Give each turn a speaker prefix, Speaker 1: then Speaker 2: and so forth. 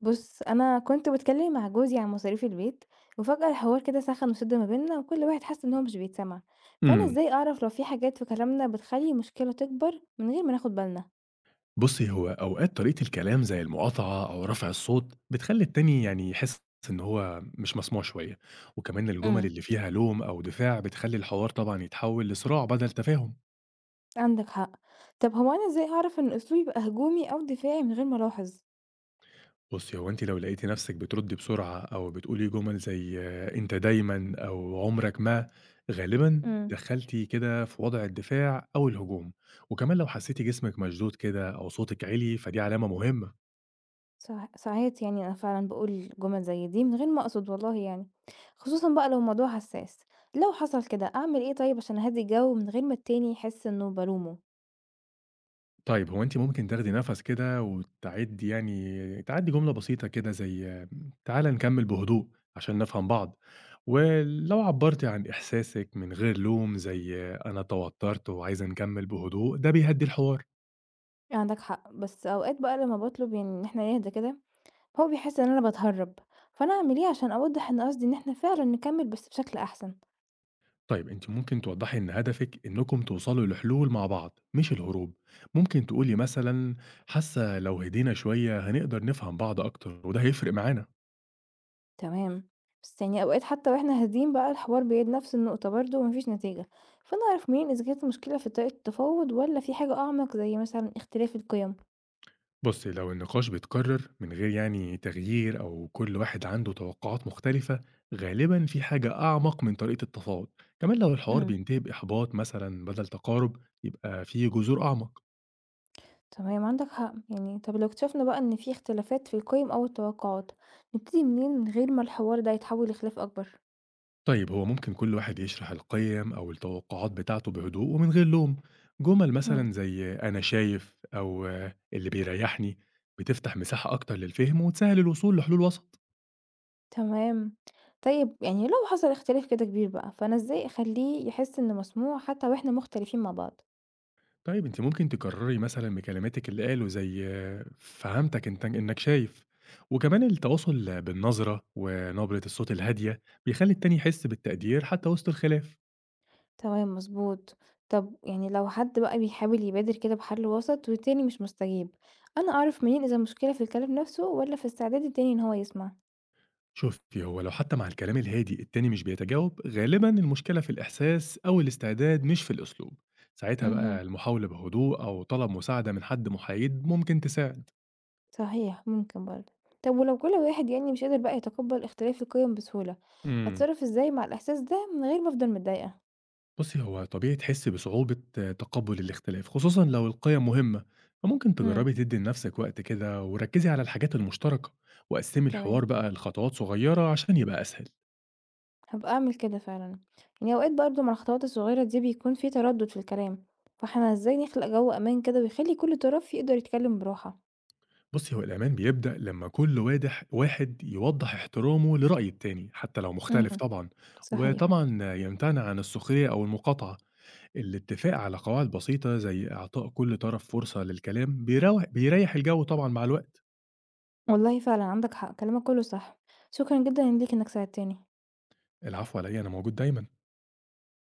Speaker 1: بُص، أنا كنت باتكلّم مع جوزي عن مصاريف البيت، وفجأة الحوار كده سخن وشِد ما بيننا وكل واحد حس إن هو مش بيتسمع، فأنا
Speaker 2: إمم.
Speaker 1: إزاي أعرف لو في حاجات في كلامنا بتخلّي المشكلة تكبر من غير ما ناخد بالنا؟
Speaker 2: بُصّي، هو أوقات طريقة الكلام زي المقاطعة أو رفع الصوت بتخلّي التاني يعني يحس إن هو مش مسموع شوية، وكمان الجُمل
Speaker 1: إمم.
Speaker 2: اللي فيها لوم أو دفاع بتخلّي الحوار طبعًا يتحوّل لصراع بدل تفاهم.
Speaker 1: عندك حق. طب هو أنا إزاي أعرف إن أسلوبي بقى هجومي أو دفاعي من غير ما ألاحظ؟
Speaker 2: بُصّي، هو أنتِ لو لقيتِ نَفْسِك بتردّي بسرعة أو بتقولي جُمل زي آه، أنت دايمًا أو عمرك ما، غالبًا
Speaker 1: إمم.
Speaker 2: دخلتِ كده في وضع الدفاع أو الهجوم، وكمان لو حسيتِ جسمِك مشدود كده أو صوتِك عِلي فدي علامة مهمة.
Speaker 1: ساعات يعني أنا فعلًا باقول جُمل زي دي من غير ما أقصد والله يعني، خصوصًا بقى لو الموضوع حساس. لو حصل كده أعمل إيه طيب عشان أهدّي الجو من غير ما التاني يحس إنه بالومه؟
Speaker 2: طيب هو أنتِ ممكن تاخدي نَفَس كده وتعِدّي يعني تعَدّي جملة بسيطة كده زي تعالَ نكمّل بهدوء عشان نفهم بعض، ولو عبّرتِ عن إحساسِك من غير لوم زي أنا اتوتّرت وعايزة نكمّل بهدوء ده بيهدّي الحوار.
Speaker 1: عندك حق، بس اوقات بقى لما بطلب يعني ان احنا نهدى كده هو بيحس ان انا بتهرب، فانا اعمل ايه عشان اوضح ان قصدي ان احنا فعلا نكمل بس بشكل احسن.
Speaker 2: طيب أنتِ ممكن توضّحي إن هدفِك إنكم توصلوا لحلول مع بعض مش الهروب، ممكن تقولي مثلًا حاسة لو هدينا شوية هنقدر نفهم بعض أكتر وده هيفرق معانا.
Speaker 1: تمام، بس يعني اوقات حتى واحنا هادين بقى الحوار بيعيد نفس النقطة برضه ومفيش نتيجة، فانا اعرف منين اذا كانت المشكلة في طريقة التفاوض ولا في حاجة اعمق زي مثلا اختلاف القيم.
Speaker 2: بُصّي، لو النقاش بيتكرر من غير يعني تغيير أو كل واحد عنده توقعات مختلفة، غالبًا في حاجة أعمق من طريقة التفاوض، كمان لو الحوار
Speaker 1: امم.
Speaker 2: بينتهي بإحباط مثلًا بدل تقارب، يبقى في جذور أعمق.
Speaker 1: تمام، عندك حق. يعني طب لو اكتشفنا بقى ان في اختلافات في القيم او التوقعات، نبتدي منين من غير ما الحوار ده يتحول لخلاف اكبر؟
Speaker 2: طيب هو ممكن كل واحد يشرح القيم أو التوقعات بتاعته بهدوء ومن غير لوم، جمل
Speaker 1: مم.
Speaker 2: مثلًا زي أنا شايف أو آه، اللي بيريحني بتفتح مساحة أكتر للفهم وتسهل الوصول لحلول وسط.
Speaker 1: تمام. طيب يعني لو حصل اختلاف كده كبير بقى، فأنا إزاي أخلّيه يحس إنه مسموع حتى وإحنا مختلفين مع بعض؟
Speaker 2: طيب أنتِ ممكن تكرّري مثلًا بكلماتِك اللي قاله زي آه، فهمتك أنت إنك شايف، وكمان التواصل بالنظرة ونبرة الصوت الهادية بيخلّي التاني يحس بالتقدير حتى وسط الخلاف.
Speaker 1: تمام، مضبوط. طب يعني لو حد بقى بيحاول يبادر كده بحل وسط والتاني مش مستجيب، أنا أعرف منين إذا المشكلة في الكلام نفسه والّا في استعداد التاني إن هو يسمع؟
Speaker 2: شوفي هو لو حتى مع الكلام الهادي التاني مش بيتجاوب، غالبًا المشكلة في الإحساس أو الاستعداد مش في الأسلوب، ساعتها
Speaker 1: اهم،
Speaker 2: بقى المحاولة بهدوء أو طلب مساعدة من حد محايد ممكن تساعد.
Speaker 1: صحيح، ممكن برضه. طب ولو كل واحد يعني مش قادر بقى يتقبل اختلاف القيم بسهولة،
Speaker 2: إمم.
Speaker 1: أتصرف إزاي مع الإحساس ده من غير ما أفضل متضايقة؟
Speaker 2: بُصّي، هو طبيعي تحسّي بصعوبة تقبُّل الاختلاف، خصوصًا لو القِيَم مهمة، فممكن
Speaker 1: إمم،
Speaker 2: تجرّبي تدّي لنَفْسِك وقت كده وركّزي على الحاجات المشتركة، وقسّمي الحوار
Speaker 1: تمام.
Speaker 2: بقى لخطوات صغيّرة عشان يبقى أسهل.
Speaker 1: هابقى أعمل كده فعلًا، يعني أوقات برضه مع الخطوات الصغيرة دي بيكون في تردد في الكلام، فإحنا إزاي نخلق جو أمان كده ويخلي كل طرف يقدر يتكلم براحة؟
Speaker 2: بُصّي، هو الأمان بيبدأ لمّا كل واحد يوضّح احترامه لرأي التاني حتّى لو مختلف
Speaker 1: اهم،
Speaker 2: طبعًا،
Speaker 1: صحيح.
Speaker 2: وطبعًا يمتنع عن السخرية أو المقاطعة. الاتفاق على قواعد بسيطة زي إعطاء كل طرف فرصة للكلام بيريّح الجَو طبعًا مع الوقت.
Speaker 1: والله فعلًا عندك حق، كلامك كله صح، شكرًا جدًا ليك إنك ساعدتني.
Speaker 2: العفو على إيه، أنا موجود دايمًا.